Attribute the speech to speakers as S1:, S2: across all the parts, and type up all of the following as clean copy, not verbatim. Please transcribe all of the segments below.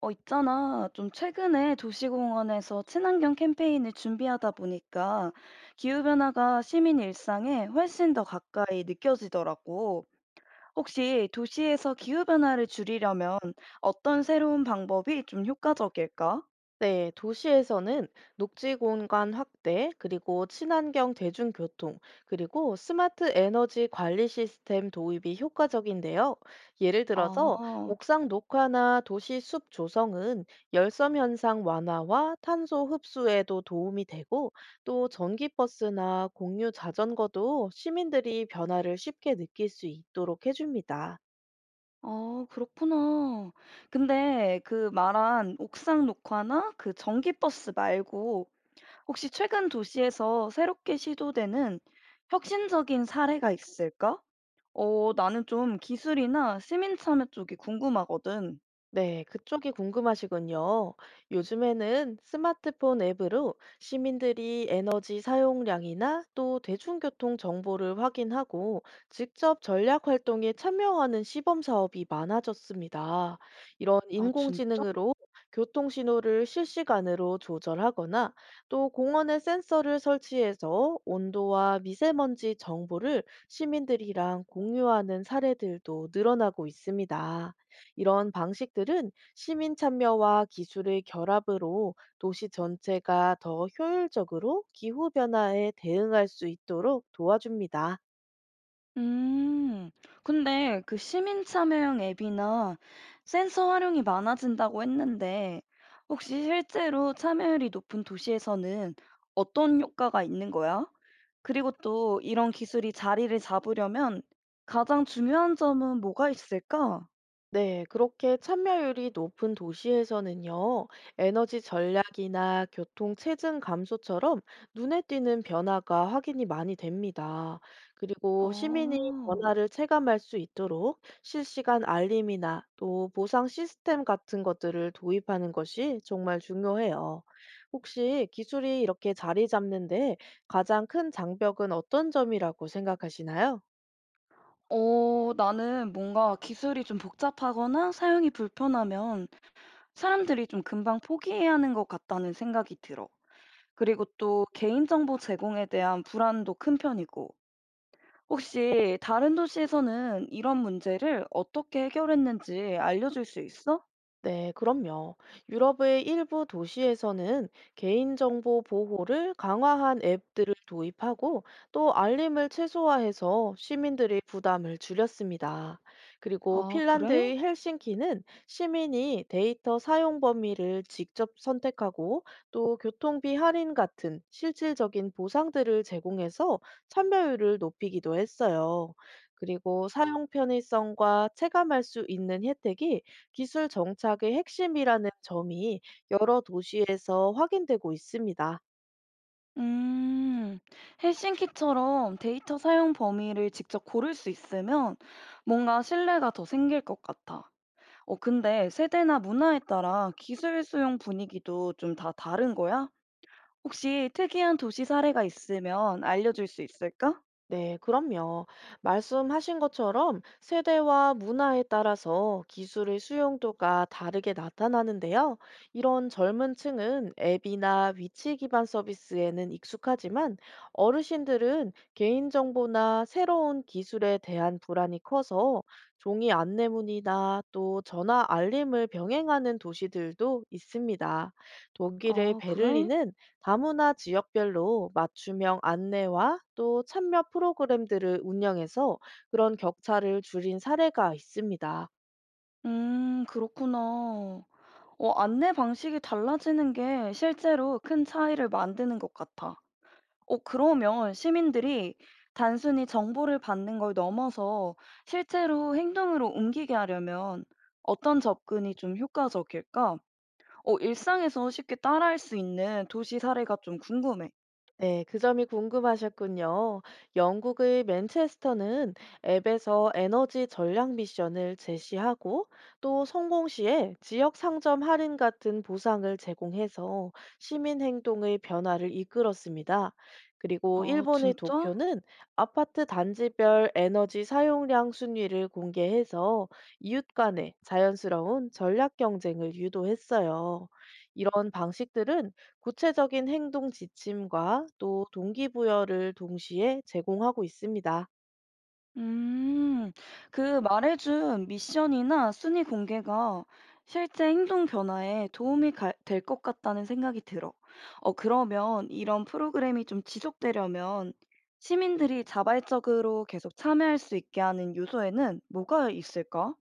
S1: 있잖아. 좀 최근에 도시공원에서 친환경 캠페인을 준비하다 보니까 기후변화가 시민 일상에 훨씬 더 가까이 느껴지더라고. 혹시 도시에서 기후변화를 줄이려면 어떤 새로운 방법이 좀 효과적일까?
S2: 네, 도시에서는 녹지 공간 확대, 그리고 친환경 대중교통, 그리고 스마트 에너지 관리 시스템 도입이 효과적인데요. 예를
S1: 아,
S2: 들어서 옥상 녹화나 도시 숲 조성은 열섬 현상 완화와 탄소 흡수에도 도움이 되고, 또 전기버스나 공유 자전거도 시민들이 변화를 쉽게 느낄 수 있도록 해줍니다.
S1: 아, 그렇구나. 근데 그 말한 옥상 녹화나 그 전기버스 말고 혹시 최근 도시에서 새롭게 시도되는 혁신적인 사례가 있을까? 어 나는 좀 기술이나 시민 참여 쪽이 궁금하거든.
S2: 네, 그쪽이 궁금하시군요. 요즘에는 스마트폰 앱으로 시민들이 에너지 사용량이나 또 대중교통 정보를 확인하고 직접 전략 활동에 참여하는 시범 사업이 많아졌습니다. 이런
S1: 아, 진짜?
S2: 인공지능으로 교통 신호를 실시간으로 조절하거나 또 공원에 센서를 설치해서 온도와 미세먼지 정보를 시민들이랑 공유하는 사례들도 늘어나고 있습니다. 이런 방식들은 시민 참여와 기술의 결합으로 도시 전체가 더 효율적으로 기후 변화에 대응할 수 있도록 도와줍니다.
S1: 음. 근데 그 시민 참여형 앱이나 센서 활용이 많아진다고 했는데 혹시 실제로 참여율이 높은 도시에서는 어떤 효과가 있는 거야? 그리고 또 이런 기술이 자리를 잡으려면 가장 중요한 점은 뭐가 있을까?
S2: 네, 그렇게 참여율이 높은 도시에서는요, 에너지 전략이나 교통 체증 감소처럼 눈에 띄는 변화가 확인이 많이 됩니다. 그리고 시민이
S1: 어.
S2: 변화를 체감할 수 있도록 실시간 알림이나 또 보상 시스템 같은 것들을 도입하는 것이 정말 중요해요. 혹시 기술이 이렇게 자리 잡는데 가장 큰 장벽은 어떤 점이라고 생각하시나요?
S1: 나는 뭔가 기술이 좀 복잡하거나 사용이 불편하면 사람들이 좀 금방 포기해야 하는 것 같다는 생각이 들어. 그리고 또 개인정보 제공에 대한 불안도 큰 편이고. 혹시 다른 도시에서는 이런 문제를 어떻게 해결했는지 알려줄 수 있어?
S2: 네, 그럼요. 유럽의 일부 도시에서는 개인정보 보호를 강화한 앱들을 도입하고 또 알림을 최소화해서 시민들의 부담을 줄였습니다. 그리고
S1: 아, 그래?
S2: 핀란드의 헬싱키는 시민이 데이터 사용 범위를 직접 선택하고 또 교통비 할인 같은 실질적인 보상들을 제공해서 참여율을 높이기도 했어요. 그리고 사용 편의성과 체감할 수 있는 혜택이 기술 정착의 핵심이라는 점이 여러 도시에서 확인되고 있습니다.
S1: 음, 헬싱키처럼 데이터 사용 범위를 직접 고를 수 있으면 뭔가 신뢰가 더 생길 것 같아. 근데 세대나 문화에 따라 기술 수용 분위기도 좀 다 다른 거야? 혹시 특이한 도시 사례가 있으면 알려줄 수 있을까?
S2: 네, 그럼요. 말씀하신 것처럼 세대와 문화에 따라서 기술의 수용도가 다르게 나타나는데요. 이런 젊은 층은 앱이나 위치 기반 서비스에는 익숙하지만 어르신들은 개인정보나 새로운 기술에 대한 불안이 커서 종이 안내문이나 또 전화 알림을 병행하는 도시들도 있습니다. 독일의
S1: 아, 그래?
S2: 베를린은 다문화 지역별로 맞춤형 안내와 또 참여 프로그램들을 운영해서 그런 격차를 줄인 사례가 있습니다.
S1: 그렇구나. 안내 방식이 달라지는 게 실제로 큰 차이를 만드는 것 같아. 그러면 시민들이 단순히 정보를 받는 걸 넘어서 실제로 행동으로 옮기게 하려면 어떤 접근이 좀 효과적일까? 일상에서 쉽게 따라할 수 있는 도시 사례가 좀 궁금해.
S2: 네, 그 점이 궁금하셨군요. 영국의 맨체스터는 앱에서 에너지 전략 미션을 제시하고 또 성공 시에 지역 상점 할인 같은 보상을 제공해서 시민 행동의 변화를 이끌었습니다. 그리고
S1: 아,
S2: 일본의
S1: 진짜?
S2: 도쿄는 아파트 단지별 에너지 사용량 순위를 공개해서 이웃 간의 자연스러운 전략 경쟁을 유도했어요. 이런 방식들은 구체적인 행동 지침과 또 동기부여를 동시에 제공하고 있습니다.
S1: 음, 그 말해준 미션이나 순위 공개가 실제 행동 변화에 도움이 될 것 같다는 생각이 들어. 그러면 이런 프로그램이 좀 지속되려면 시민들이 자발적으로 계속 참여할 수 있게 하는 요소에는 뭐가 있을까?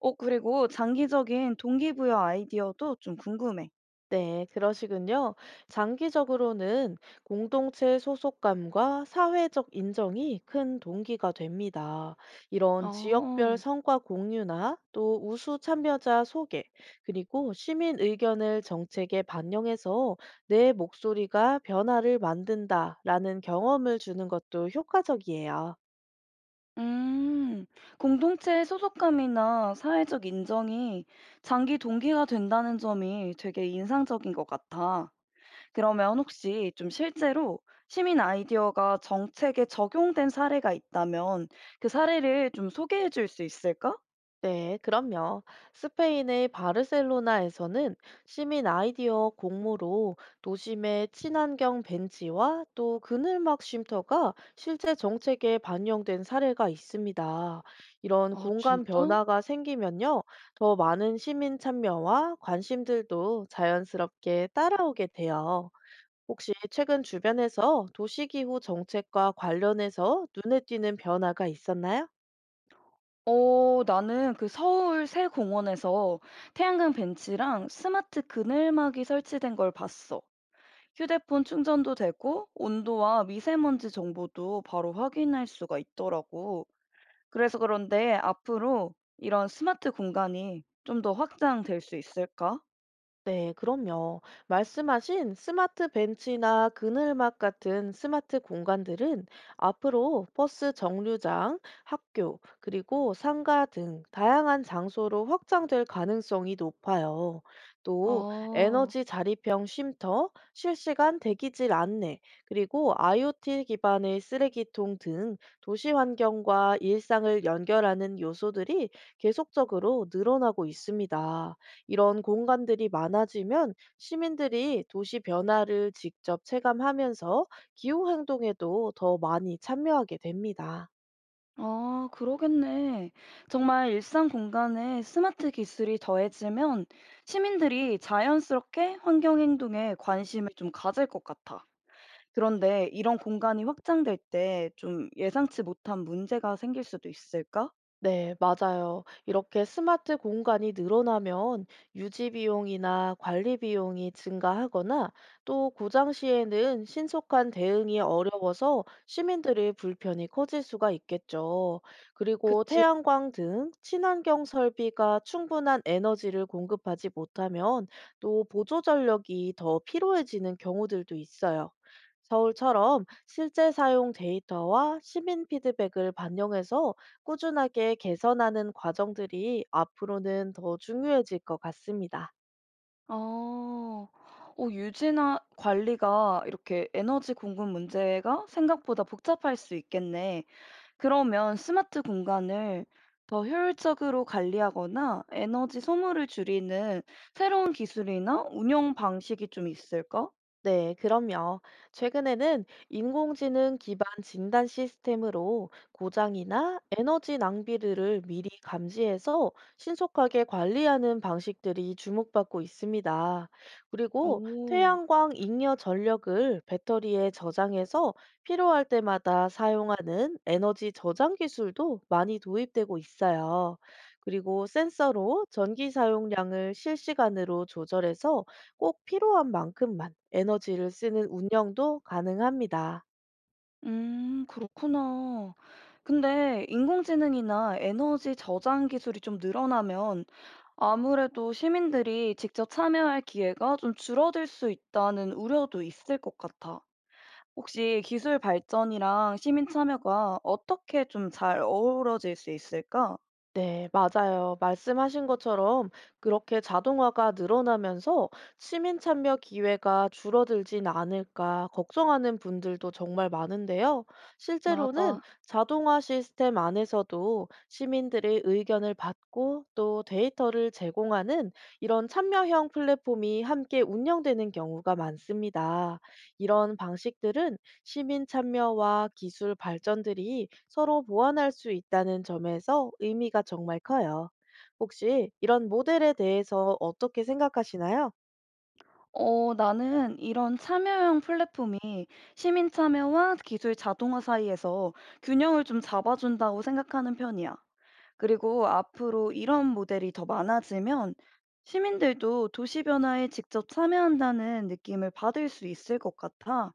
S1: 그리고 장기적인 동기부여 아이디어도 좀 궁금해.
S2: 네, 그러시군요. 장기적으로는 공동체 소속감과 사회적 인정이 큰 동기가 됩니다. 이런 지역별
S1: 어.
S2: 성과 공유나 또 우수 참여자 소개, 그리고 시민 의견을 정책에 반영해서 내 목소리가 변화를 만든다라는 경험을 주는 것도 효과적이에요.
S1: 음, 공동체의 소속감이나 사회적 인정이 장기 동기가 된다는 점이 되게 인상적인 것 같아. 그러면 혹시 좀 실제로 시민 아이디어가 정책에 적용된 사례가 있다면 그 사례를 좀 소개해 줄 수 있을까?
S2: 네, 그럼요. 스페인의 바르셀로나에서는 시민 아이디어 공모로 도심의 친환경 벤치와 또 그늘막 쉼터가 실제 정책에 반영된 사례가 있습니다. 이런
S1: 아,
S2: 공간
S1: 진짜?
S2: 변화가 생기면요, 더 많은 시민 참여와 관심들도 자연스럽게 따라오게 돼요. 혹시 최근 주변에서 도시기후 정책과 관련해서 눈에 띄는 변화가 있었나요?
S1: 나는 그 서울 새 공원에서 태양광 벤치랑 스마트 그늘막이 설치된 걸 봤어. 휴대폰 충전도 되고 온도와 미세먼지 정보도 바로 확인할 수가 있더라고. 그래서 그런데 앞으로 이런 스마트 공간이 좀 더 확장될 수 있을까?
S2: 네, 그럼요. 말씀하신 스마트 벤치나 그늘막 같은 스마트 공간들은 앞으로 버스 정류장, 학교, 그리고 상가 등 다양한 장소로 확장될 가능성이 높아요. 또
S1: 아,
S2: 에너지 자립형 쉼터, 실시간 대기질 안내, 그리고 IoT 기반의 쓰레기통 등 도시 환경과 일상을 연결하는 요소들이 계속적으로 늘어나고 있습니다. 이런 공간들이 많아지면 시민들이 도시 변화를 직접 체감하면서 기후 행동에도 더 많이 참여하게 됩니다.
S1: 아, 그러겠네. 정말 일상 공간에 스마트 기술이 더해지면 시민들이 자연스럽게 환경 행동에 관심을 좀 가질 것 같아. 그런데 이런 공간이 확장될 때 좀 예상치 못한 문제가 생길 수도 있을까?
S2: 네, 맞아요. 이렇게 스마트 공간이 늘어나면 유지 비용이나 관리 비용이 증가하거나 또 고장 시에는 신속한 대응이 어려워서 시민들의 불편이 커질 수가 있겠죠. 그리고
S1: 그치.
S2: 태양광 등 친환경 설비가 충분한 에너지를 공급하지 못하면 또 보조 전력이 더 필요해지는 경우들도 있어요. 서울처럼 실제 사용 데이터와 시민 피드백을 반영해서 꾸준하게 개선하는 과정들이 앞으로는 더 중요해질 것 같습니다.
S1: 아. 어 유지나 관리가 이렇게 에너지 공급 문제가 생각보다 복잡할 수 있겠네. 그러면 스마트 공간을 더 효율적으로 관리하거나 에너지 소모를 줄이는 새로운 기술이나 운영 방식이 좀 있을까?
S2: 네, 그럼요. 최근에는 인공지능 기반 진단 시스템으로 고장이나 에너지 낭비를 미리 감지해서 신속하게 관리하는 방식들이 주목받고 있습니다. 그리고
S1: 오.
S2: 태양광 잉여 전력을 배터리에 저장해서 필요할 때마다 사용하는 에너지 저장 기술도 많이 도입되고 있어요. 그리고 센서로 전기 사용량을 실시간으로 조절해서 꼭 필요한 만큼만 에너지를 쓰는 운영도 가능합니다.
S1: 그렇구나. 근데 인공지능이나 에너지 저장 기술이 좀 늘어나면 아무래도 시민들이 직접 참여할 기회가 좀 줄어들 수 있다는 우려도 있을 것 같아. 혹시 기술 발전이랑 시민 참여가 어떻게 좀 잘 어우러질 수 있을까?
S2: 네, 맞아요. 말씀하신 것처럼 그렇게 자동화가 늘어나면서 시민 참여 기회가 줄어들진 않을까 걱정하는 분들도 정말 많은데요. 실제로는
S1: 맞아.
S2: 자동화 시스템 안에서도 시민들의 의견을 받고 또 데이터를 제공하는 이런 참여형 플랫폼이 함께 운영되는 경우가 많습니다. 이런 방식들은 시민 참여와 기술 발전들이 서로 보완할 수 있다는 점에서 의미가 정말 커요. 혹시 이런 모델에 대해서 어떻게 생각하시나요?
S1: 나는 이런 참여형 플랫폼이 시민 참여와 기술 자동화 사이에서 균형을 좀 잡아준다고 생각하는 편이야. 그리고 앞으로 이런 모델이 더 많아지면 시민들도 도시 변화에 직접 참여한다는 느낌을 받을 수 있을 것 같아.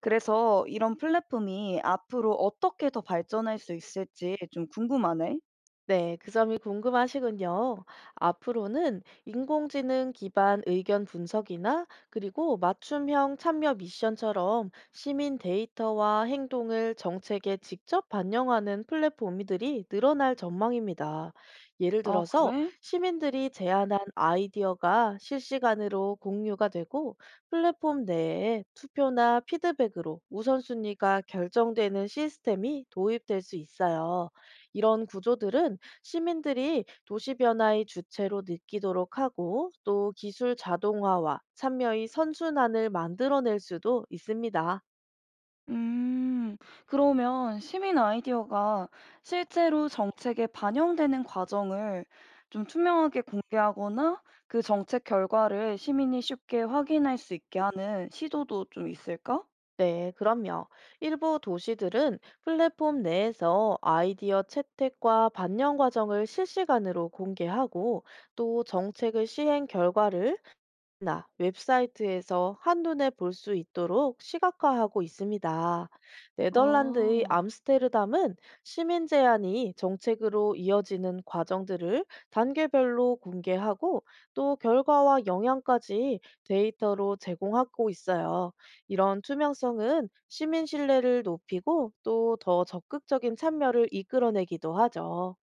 S1: 그래서 이런 플랫폼이 앞으로 어떻게 더 발전할 수 있을지 좀 궁금하네.
S2: 네, 그 점이 궁금하시군요. 앞으로는 인공지능 기반 의견 분석이나 그리고 맞춤형 참여 미션처럼 시민 데이터와 행동을 정책에 직접 반영하는 플랫폼들이 늘어날 전망입니다. 예를
S1: 아,
S2: 들어서
S1: 그래?
S2: 시민들이 제안한 아이디어가 실시간으로 공유가 되고 플랫폼 내에 투표나 피드백으로 우선순위가 결정되는 시스템이 도입될 수 있어요. 이런 구조들은 시민들이 도시 변화의 주체로 느끼도록 하고 또 기술 자동화와 참여의 선순환을 만들어낼 수도 있습니다.
S1: 음, 그러면 시민 아이디어가 실제로 정책에 반영되는 과정을 좀 투명하게 공개하거나 그 정책 결과를 시민이 쉽게 확인할 수 있게 하는 시도도 좀 있을까?
S2: 네, 그럼요. 일부 도시들은 플랫폼 내에서 아이디어 채택과 반영 과정을 실시간으로 공개하고 또 정책의 시행 결과를 나 웹사이트에서 한눈에 볼 수 있도록 시각화하고 있습니다. 네덜란드의
S1: 아.
S2: 암스테르담은 시민 제안이 정책으로 이어지는 과정들을 단계별로 공개하고 또 결과와 영향까지 데이터로 제공하고 있어요. 이런 투명성은 시민 신뢰를 높이고 또 더 적극적인 참여를 이끌어내기도 하죠.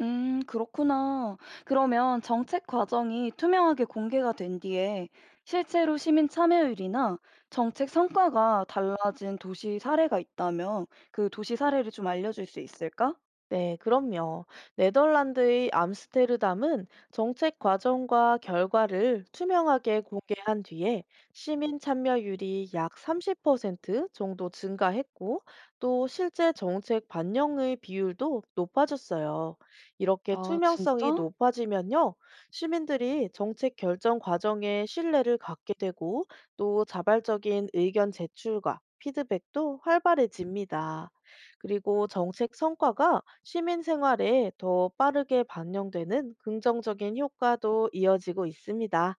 S1: 그렇구나. 그러면 정책 과정이 투명하게 공개가 된 뒤에 실제로 시민 참여율이나 정책 성과가 달라진 도시 사례가 있다면 그 도시 사례를 좀 알려줄 수 있을까?
S2: 네, 그럼요. 네덜란드의 암스테르담은 정책 과정과 결과를 투명하게 공개한 뒤에 시민 참여율이 약 30% 정도 증가했고, 또 실제 정책 반영의 비율도 높아졌어요. 이렇게
S1: 아
S2: 투명성이
S1: 진짜?
S2: 높아지면요, 시민들이 정책 결정 과정에 신뢰를 갖게 되고, 또 자발적인 의견 제출과 피드백도 활발해집니다. 그리고 정책 성과가 시민 생활에 더 빠르게 반영되는 긍정적인 효과도 이어지고 있습니다.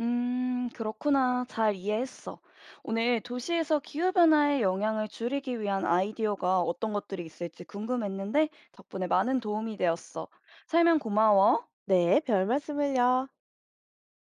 S1: 그렇구나. 잘 이해했어. 오늘 도시에서 기후변화의 영향을 줄이기 위한 아이디어가 어떤 것들이 있을지 궁금했는데 덕분에 많은 도움이 되었어. 설명 고마워.
S2: 네, 별 말씀을요.